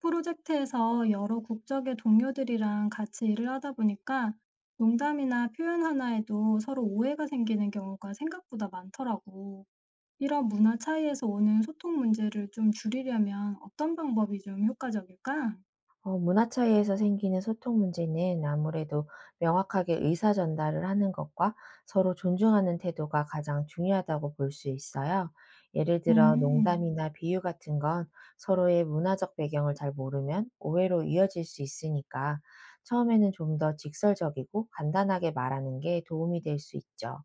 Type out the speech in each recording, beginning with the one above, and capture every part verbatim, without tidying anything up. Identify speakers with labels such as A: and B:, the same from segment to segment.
A: 프로젝트에서 여러 국적의 동료들이랑 같이 일을 하다 보니까 농담이나 표현 하나에도 서로 오해가 생기는 경우가 생각보다 많더라고. 이런 문화 차이에서 오는 소통 문제를 좀 줄이려면 어떤 방법이 좀 효과적일까?
B: 어 문화 차이에서 생기는 소통 문제는 아무래도 명확하게 의사 전달을 하는 것과 서로 존중하는 태도가 가장 중요하다고 볼 수 있어요. 예를 들어
A: 음,
B: 농담이나 비유 같은 건 서로의 문화적 배경을 잘 모르면 오해로 이어질 수 있으니까 처음에는 좀 더 직설적이고 간단하게 말하는 게 도움이 될 수 있죠.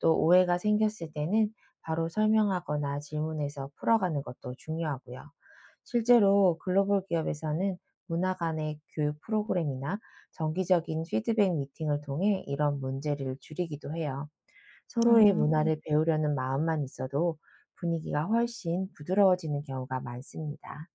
B: 또 오해가 생겼을 때는 바로 설명하거나 질문해서 풀어가는 것도 중요하고요. 실제로 글로벌 기업에서는 문화 간의 교육 프로그램이나 정기적인 피드백 미팅을 통해 이런 문제를 줄이기도 해요. 서로의
A: 아.
B: 문화를 배우려는 마음만 있어도 분위기가 훨씬 부드러워지는 경우가 많습니다.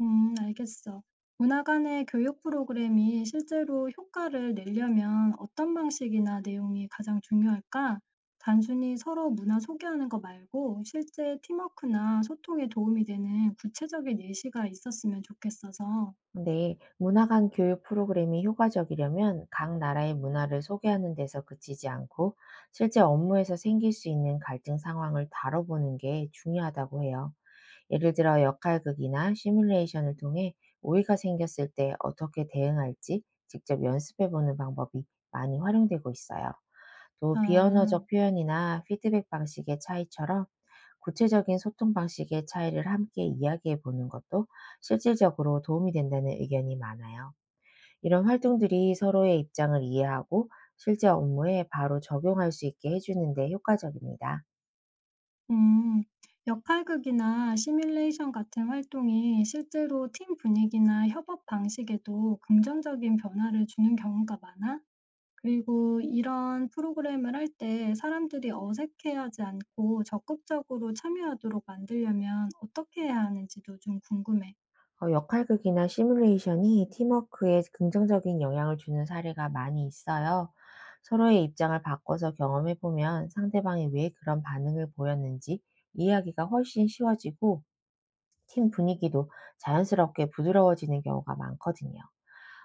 A: 음, 알겠어. 문화 간의 교육 프로그램이 실제로 효과를 내려면 어떤 방식이나 내용이 가장 중요할까? 단순히 서로 문화 소개하는 거 말고 실제 팀워크나 소통에 도움이 되는 구체적인 예시가 있었으면 좋겠어서.
B: 네, 문화 간 교육 프로그램이 효과적이려면 각 나라의 문화를 소개하는 데서 그치지 않고 실제 업무에서 생길 수 있는 갈등 상황을 다뤄보는 게 중요하다고 해요. 예를 들어 역할극이나 시뮬레이션을 통해 오해가 생겼을 때 어떻게 대응할지 직접 연습해보는 방법이 많이 활용되고 있어요. 또
A: 아,
B: 비언어적 표현이나 피드백 방식의 차이처럼 구체적인 소통 방식의 차이를 함께 이야기해 보는 것도 실질적으로 도움이 된다는 의견이 많아요. 이런 활동들이 서로의 입장을 이해하고 실제 업무에 바로 적용할 수 있게 해주는데 효과적입니다.
A: 음, 역할극이나 시뮬레이션 같은 활동이 실제로 팀 분위기나 협업 방식에도 긍정적인 변화를 주는 경우가 많아? 그리고 이런 프로그램을 할 때 사람들이 어색해하지 않고 적극적으로 참여하도록 만들려면 어떻게 해야 하는지도 좀 궁금해.
B: 어 역할극이나 시뮬레이션이 팀워크에 긍정적인 영향을 주는 사례가 많이 있어요. 서로의 입장을 바꿔서 경험해 보면 상대방이 왜 그런 반응을 보였는지 이해하기가 훨씬 쉬워지고 팀 분위기도 자연스럽게 부드러워지는 경우가 많거든요.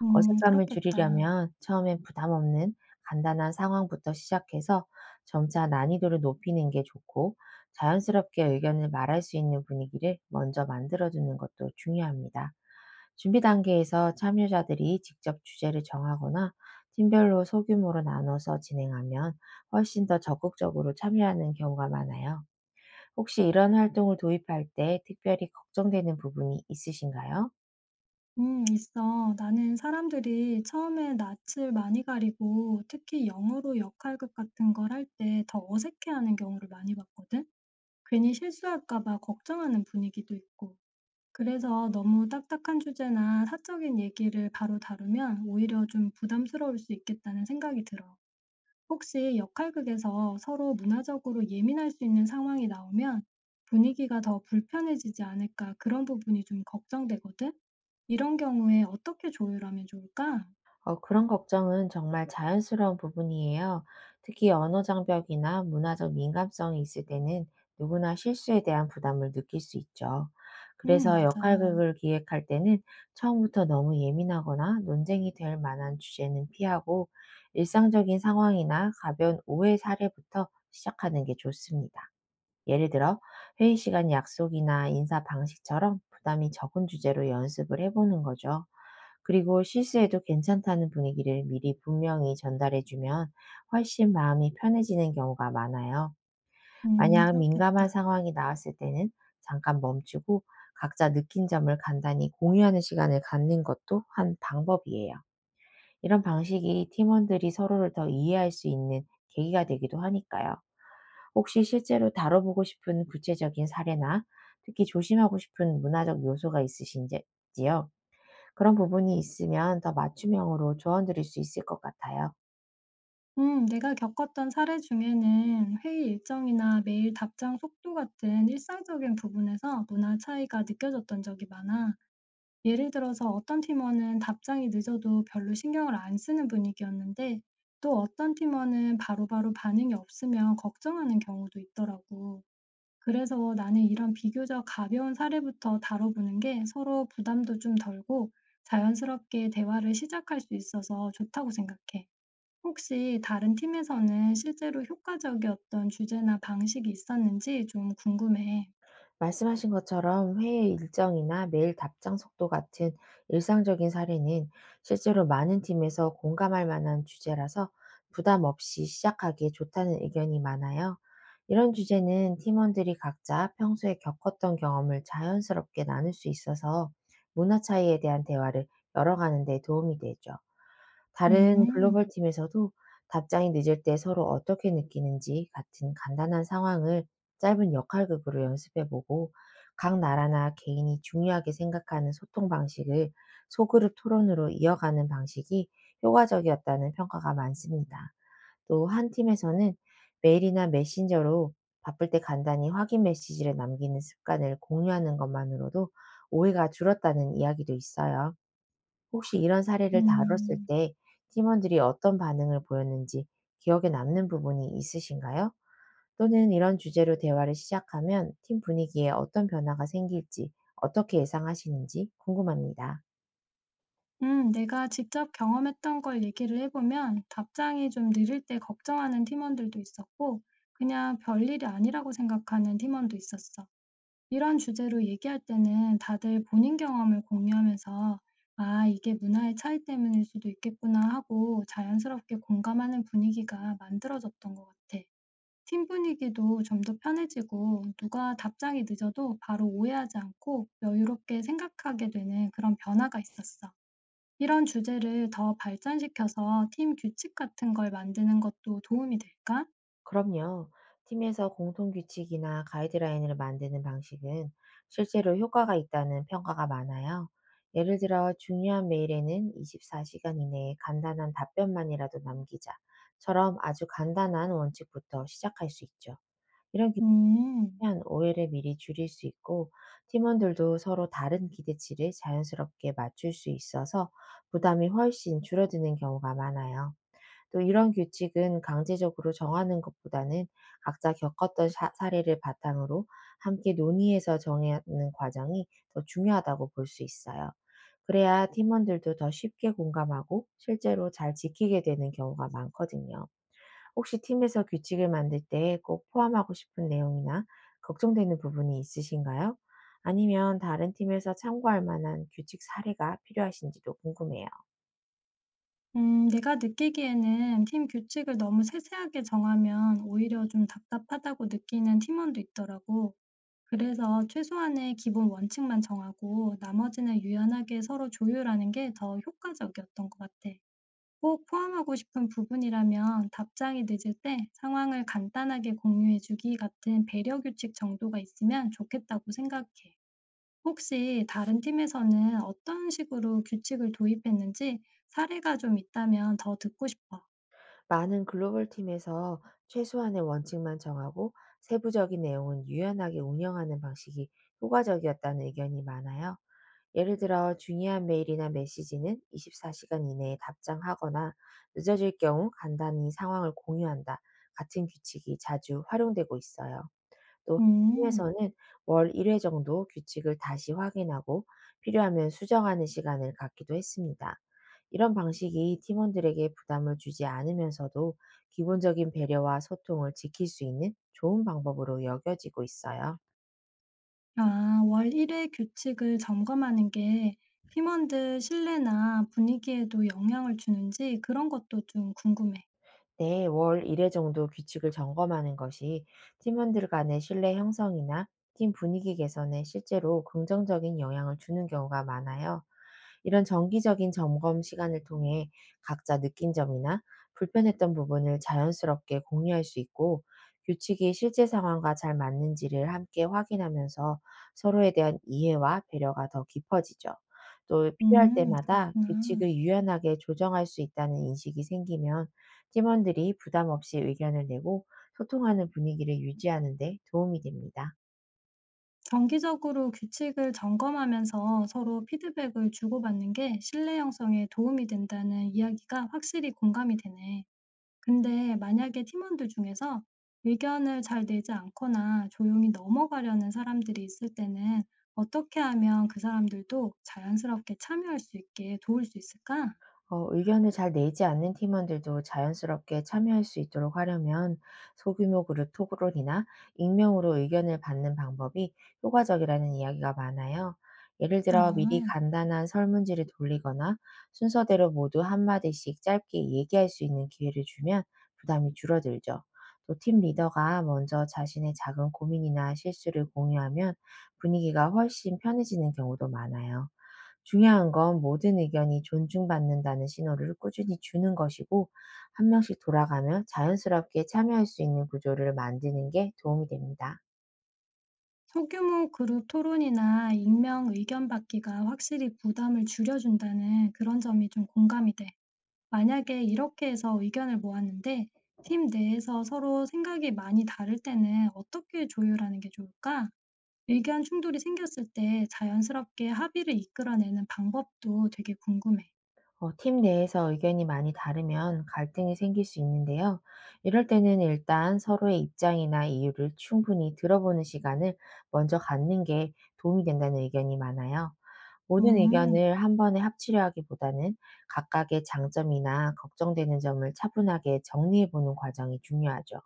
A: 음,
B: 어색감을
A: 그렇겠다.
B: 줄이려면 처음엔 부담 없는 간단한 상황부터 시작해서 점차 난이도를 높이는 게 좋고 자연스럽게 의견을 말할 수 있는 분위기를 먼저 만들어주는 것도 중요합니다. 준비 단계에서 참여자들이 직접 주제를 정하거나 팀별로 소규모로 나눠서 진행하면 훨씬 더 적극적으로 참여하는 경우가 많아요. 혹시 이런 활동을 도입할 때 특별히 걱정되는 부분이 있으신가요?
A: 음, 있어. 나는 사람들이 처음에 낯을 많이 가리고 특히 영어로 역할극 같은 걸 할 때 더 어색해하는 경우를 많이 봤거든. 괜히 실수할까 봐 걱정하는 분위기도 있고. 그래서 너무 딱딱한 주제나 사적인 얘기를 바로 다루면 오히려 좀 부담스러울 수 있겠다는 생각이 들어. 혹시 역할극에서 서로 문화적으로 예민할 수 있는 상황이 나오면 분위기가 더 불편해지지 않을까 그런 부분이 좀 걱정되거든? 이런 경우에 어떻게 조율하면 좋을까?
B: 어, 그런 걱정은 정말 자연스러운 부분이에요. 특히 언어 장벽이나 문화적 민감성이 있을 때는 누구나 실수에 대한 부담을 느낄 수 있죠.
A: 음,
B: 그래서
A: 맞아.
B: 역할극을 기획할 때는 처음부터 너무 예민하거나 논쟁이 될 만한 주제는 피하고 일상적인 상황이나 가벼운 오해 사례부터 시작하는 게 좋습니다. 예를 들어 회의 시간 약속이나 인사 방식처럼 부담이 적은 주제로 연습을 해보는 거죠. 그리고 실수해도 괜찮다는 분위기를 미리 분명히 전달해주면 훨씬 마음이 편해지는 경우가 많아요.
A: 음,
B: 만약 민감한
A: 그렇겠다.
B: 상황이 나왔을 때는 잠깐 멈추고 각자 느낀 점을 간단히 공유하는 시간을 갖는 것도 한 방법이에요. 이런 방식이 팀원들이 서로를 더 이해할 수 있는 계기가 되기도 하니까요. 혹시 실제로 다뤄보고 싶은 구체적인 사례나 특히 조심하고 싶은 문화적 요소가 있으신지요? 그런 부분이 있으면 더 맞춤형으로 조언 드릴 수 있을 것 같아요.
A: 음, 내가 겪었던 사례 중에는 회의 일정이나 메일 답장 속도 같은 일상적인 부분에서 문화 차이가 느껴졌던 적이 많아. 예를 들어서 어떤 팀원은 답장이 늦어도 별로 신경을 안 쓰는 분위기였는데, 또 어떤 팀원은 바로바로 반응이 없으면 걱정하는 경우도 있더라고. 그래서 나는 이런 비교적 가벼운 사례부터 다뤄보는 게 서로 부담도 좀 덜고 자연스럽게 대화를 시작할 수 있어서 좋다고 생각해. 혹시 다른 팀에서는 실제로 효과적이었던 주제나 방식이 있었는지 좀 궁금해.
B: 말씀하신 것처럼 회의 일정이나 메일 답장 속도 같은 일상적인 사례는 실제로 많은 팀에서 공감할 만한 주제라서 부담 없이 시작하기에 좋다는 의견이 많아요. 이런 주제는 팀원들이 각자 평소에 겪었던 경험을 자연스럽게 나눌 수 있어서 문화 차이에 대한 대화를 열어가는 데 도움이 되죠. 다른 글로벌
A: 음.
B: 팀에서도 답장이 늦을 때 서로 어떻게 느끼는지 같은 간단한 상황을 짧은 역할극으로 연습해 보고 각 나라나 개인이 중요하게 생각하는 소통 방식을 소그룹 토론으로 이어가는 방식이 효과적이었다는 평가가 많습니다. 또 한 팀에서는 메일이나 메신저로 바쁠 때 간단히 확인 메시지를 남기는 습관을 공유하는 것만으로도 오해가 줄었다는 이야기도 있어요. 혹시 이런 사례를 다뤘을
A: 음.
B: 때 팀원들이 어떤 반응을 보였는지 기억에 남는 부분이 있으신가요? 또는 이런 주제로 대화를 시작하면 팀 분위기에 어떤 변화가 생길지 어떻게 예상하시는지 궁금합니다.
A: 음 내가 직접 경험했던 걸 얘기를 해 보면 답장이 좀 느릴 때 걱정하는 팀원들도 있었고 그냥 별일이 아니라고 생각하는 팀원도 있었어. 이런 주제로 얘기할 때는 다들 본인 경험을 공유하면서 '아 이게 문화의 차이 때문일 수도 있겠구나.' 하고 자연스럽게 공감하는 분위기가 만들어졌던 것 같아. 팀 분위기도 좀 더 편해지고 누가 답장이 늦어도 바로 오해하지 않고 여유롭게 생각하게 되는 그런 변화가 있었어. 이런 주제를 더 발전시켜서 팀 규칙 같은 걸 만드는 것도 도움이 될까?
B: 그럼요. 팀에서 공통 규칙이나 가이드라인을 만드는 방식은 실제로 효과가 있다는 평가가 많아요. 예를 들어 중요한 메일에는 이십사 시간 이내에 간단한 답변만이라도 남기자처럼 아주 간단한 원칙부터 시작할 수 있죠. 이런
A: 음,
B: 한 오해를 미리 줄일 수 있고 팀원들도 서로 다른 기대치를 자연스럽게 맞출 수 있어서 부담이 훨씬 줄어드는 경우가 많아요. 또 이런 규칙은 강제적으로 정하는 것보다는 각자 겪었던 사, 사례를 바탕으로 함께 논의해서 정하는 과정이 더 중요하다고 볼 수 있어요. 그래야 팀원들도 더 쉽게 공감하고 실제로 잘 지키게 되는 경우가 많거든요. 혹시 팀에서 규칙을 만들 때 꼭 포함하고 싶은 내용이나 걱정되는 부분이 있으신가요? 아니면 다른 팀에서 참고할 만한 규칙 사례가 필요하신지도 궁금해요.
A: 음, 내가 느끼기에는 팀 규칙을 너무 세세하게 정하면 오히려 좀 답답하다고 느끼는 팀원도 있더라고. 그래서 최소한의 기본 원칙만 정하고 나머지는 유연하게 서로 조율하는 게 더 효과적이었던 것 같아. 꼭 포함하고 싶은 부분이라면 답장이 늦을 때 상황을 간단하게 공유해 주기 같은 배려 규칙 정도가 있으면 좋겠다고 생각해. 혹시 다른 팀에서는 어떤 식으로 규칙을 도입했는지 사례가 좀 있다면 더 듣고 싶어.
B: 많은 글로벌 팀에서 최소한의 원칙만 정하고 세부적인 내용은 유연하게 운영하는 방식이 효과적이었다는 의견이 많아요. 예를 들어 중요한 메일이나 메시지는 이십사 시간 이내에 답장하거나 늦어질 경우 간단히 상황을 공유한다 같은 규칙이 자주 활용되고 있어요. 또
A: 음.
B: 팀에서는 월 한 회 정도 규칙을 다시 확인하고 필요하면 수정하는 시간을 갖기도 했습니다. 이런 방식이 팀원들에게 부담을 주지 않으면서도 기본적인 배려와 소통을 지킬 수 있는 좋은 방법으로 여겨지고 있어요.
A: 아, 월 일 회 규칙을 점검하는 게 팀원들 신뢰나 분위기에도 영향을 주는지 그런 것도 좀 궁금해.
B: 네, 월 한 회 정도 규칙을 점검하는 것이 팀원들 간의 신뢰 형성이나 팀 분위기 개선에 실제로 긍정적인 영향을 주는 경우가 많아요. 이런 정기적인 점검 시간을 통해 각자 느낀 점이나 불편했던 부분을 자연스럽게 공유할 수 있고, 규칙이 실제 상황과 잘 맞는지를 함께 확인하면서 서로에 대한 이해와 배려가 더 깊어지죠. 또 필요할
A: 음,
B: 때마다
A: 그렇구나.
B: 규칙을 유연하게 조정할 수 있다는 인식이 생기면 팀원들이 부담 없이 의견을 내고 소통하는 분위기를 유지하는 데 도움이 됩니다.
A: 정기적으로 규칙을 점검하면서 서로 피드백을 주고받는 게 신뢰 형성에 도움이 된다는 이야기가 확실히 공감이 되네. 근데 만약에 팀원들 중에서 의견을 잘 내지 않거나 조용히 넘어가려는 사람들이 있을 때는 어떻게 하면 그 사람들도 자연스럽게 참여할 수 있게 도울 수 있을까?
B: 어, 의견을 잘 내지 않는 팀원들도 자연스럽게 참여할 수 있도록 하려면 소규모 그룹 토론이나 익명으로 의견을 받는 방법이 효과적이라는 이야기가 많아요. 예를
A: 아,
B: 들어 미리 간단한 설문지를 돌리거나 순서대로 모두 한마디씩 짧게 얘기할 수 있는 기회를 주면 부담이 줄어들죠. 또 팀 리더가 먼저 자신의 작은 고민이나 실수를 공유하면 분위기가 훨씬 편해지는 경우도 많아요. 중요한 건 모든 의견이 존중받는다는 신호를 꾸준히 주는 것이고, 한 명씩 돌아가며 자연스럽게 참여할 수 있는 구조를 만드는 게 도움이 됩니다.
A: 소규모 그룹 토론이나 익명 의견 받기가 확실히 부담을 줄여준다는 그런 점이 좀 공감이 돼. 만약에 이렇게 해서 의견을 모았는데 팀 내에서 서로 생각이 많이 다를 때는 어떻게 조율하는 게 좋을까? 의견 충돌이 생겼을 때 자연스럽게 합의를 이끌어내는 방법도 되게 궁금해.
B: 어, 팀 내에서 의견이 많이 다르면 갈등이 생길 수 있는데요. 이럴 때는 일단 서로의 입장이나 이유를 충분히 들어보는 시간을 먼저 갖는 게 도움이 된다는 의견이 많아요. 모든
A: 음,
B: 의견을 한 번에 합치려 하기보다는 각각의 장점이나 걱정되는 점을 차분하게 정리해 보는 과정이 중요하죠.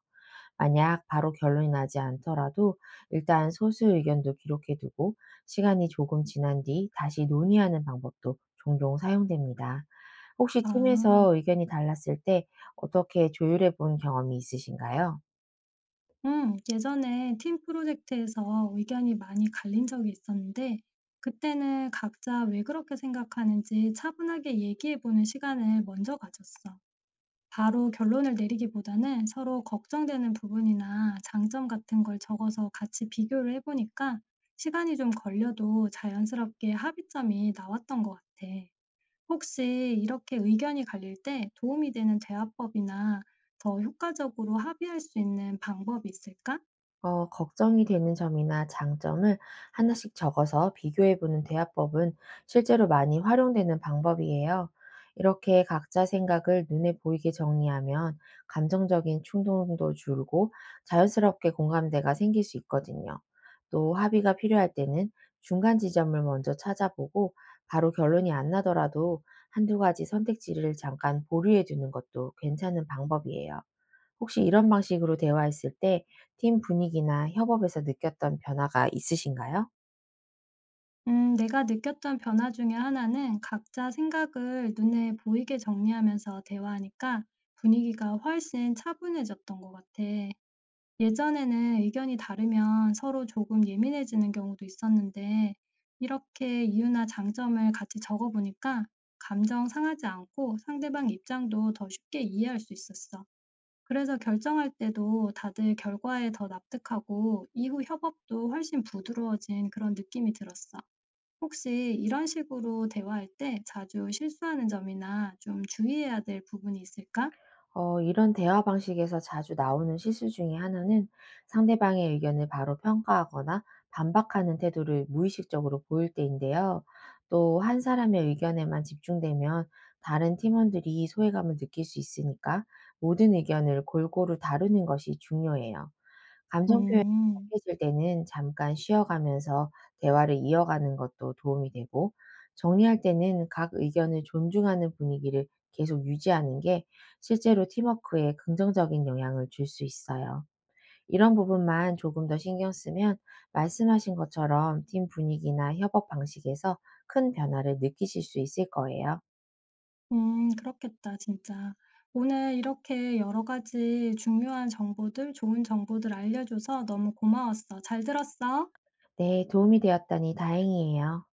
B: 만약 바로 결론이 나지 않더라도 일단 소수 의견도 기록해 두고 시간이 조금 지난 뒤 다시 논의하는 방법도 종종 사용됩니다. 혹시
A: 아,
B: 팀에서 의견이 달랐을 때 어떻게 조율해 본 경험이 있으신가요?
A: 음, 예전에 팀 프로젝트에서 의견이 많이 갈린 적이 있었는데 그때는 각자 왜 그렇게 생각하는지 차분하게 얘기해보는 시간을 먼저 가졌어. 바로 결론을 내리기보다는 서로 걱정되는 부분이나 장점 같은 걸 적어서 같이 비교를 해 보니까 시간이 좀 걸려도 자연스럽게 합의점이 나왔던 것 같아. 혹시 이렇게 의견이 갈릴 때 도움이 되는 대화법이나 더 효과적으로 합의할 수 있는 방법이 있을까?
B: 어, 걱정이 되는 점이나 장점을 하나씩 적어서 비교해보는 대화법은 실제로 많이 활용되는 방법이에요. 이렇게 각자 생각을 눈에 보이게 정리하면 감정적인 충동도 줄고 자연스럽게 공감대가 생길 수 있거든요. 또 합의가 필요할 때는 중간 지점을 먼저 찾아보고 바로 결론이 안 나더라도 한두 가지 선택지를 잠깐 보류해 두는 것도 괜찮은 방법이에요. 혹시 이런 방식으로 대화했을 때 팀 분위기나 협업에서 느꼈던 변화가 있으신가요?
A: 음, 내가 느꼈던 변화 중에 하나는 각자 생각을 눈에 보이게 정리하면서 대화하니까 분위기가 훨씬 차분해졌던 것 같아. 예전에는 의견이 다르면 서로 조금 예민해지는 경우도 있었는데, 이렇게 이유나 장점을 같이 적어보니까 감정 상하지 않고 상대방 입장도 더 쉽게 이해할 수 있었어. 그래서 결정할 때도 다들 결과에 더 납득하고 이후 협업도 훨씬 부드러워진 그런 느낌이 들었어. 혹시 이런 식으로 대화할 때 자주 실수하는 점이나 좀 주의해야 될 부분이 있을까?
B: 어 이런 대화 방식에서 자주 나오는 실수 중에 하나는 상대방의 의견을 바로 평가하거나 반박하는 태도를 무의식적으로 보일 때인데요. 또 한 사람의 의견에만 집중되면 다른 팀원들이 소외감을 느낄 수 있으니까 모든 의견을 골고루 다루는 것이 중요해요. 감정 표현이
A: 음.
B: 약해질 때는 잠깐 쉬어가면서 대화를 이어가는 것도 도움이 되고, 정리할 때는 각 의견을 존중하는 분위기를 계속 유지하는 게 실제로 팀워크에 긍정적인 영향을 줄 수 있어요. 이런 부분만 조금 더 신경 쓰면 말씀하신 것처럼 팀 분위기나 협업 방식에서 큰 변화를 느끼실 수 있을 거예요.
A: 음 그렇겠다 진짜. 오늘 이렇게 여러 가지 중요한 정보들, 좋은 정보들 알려줘서 너무 고마웠어. 잘 들었어.
B: 네, 도움이 되었다니 다행이에요.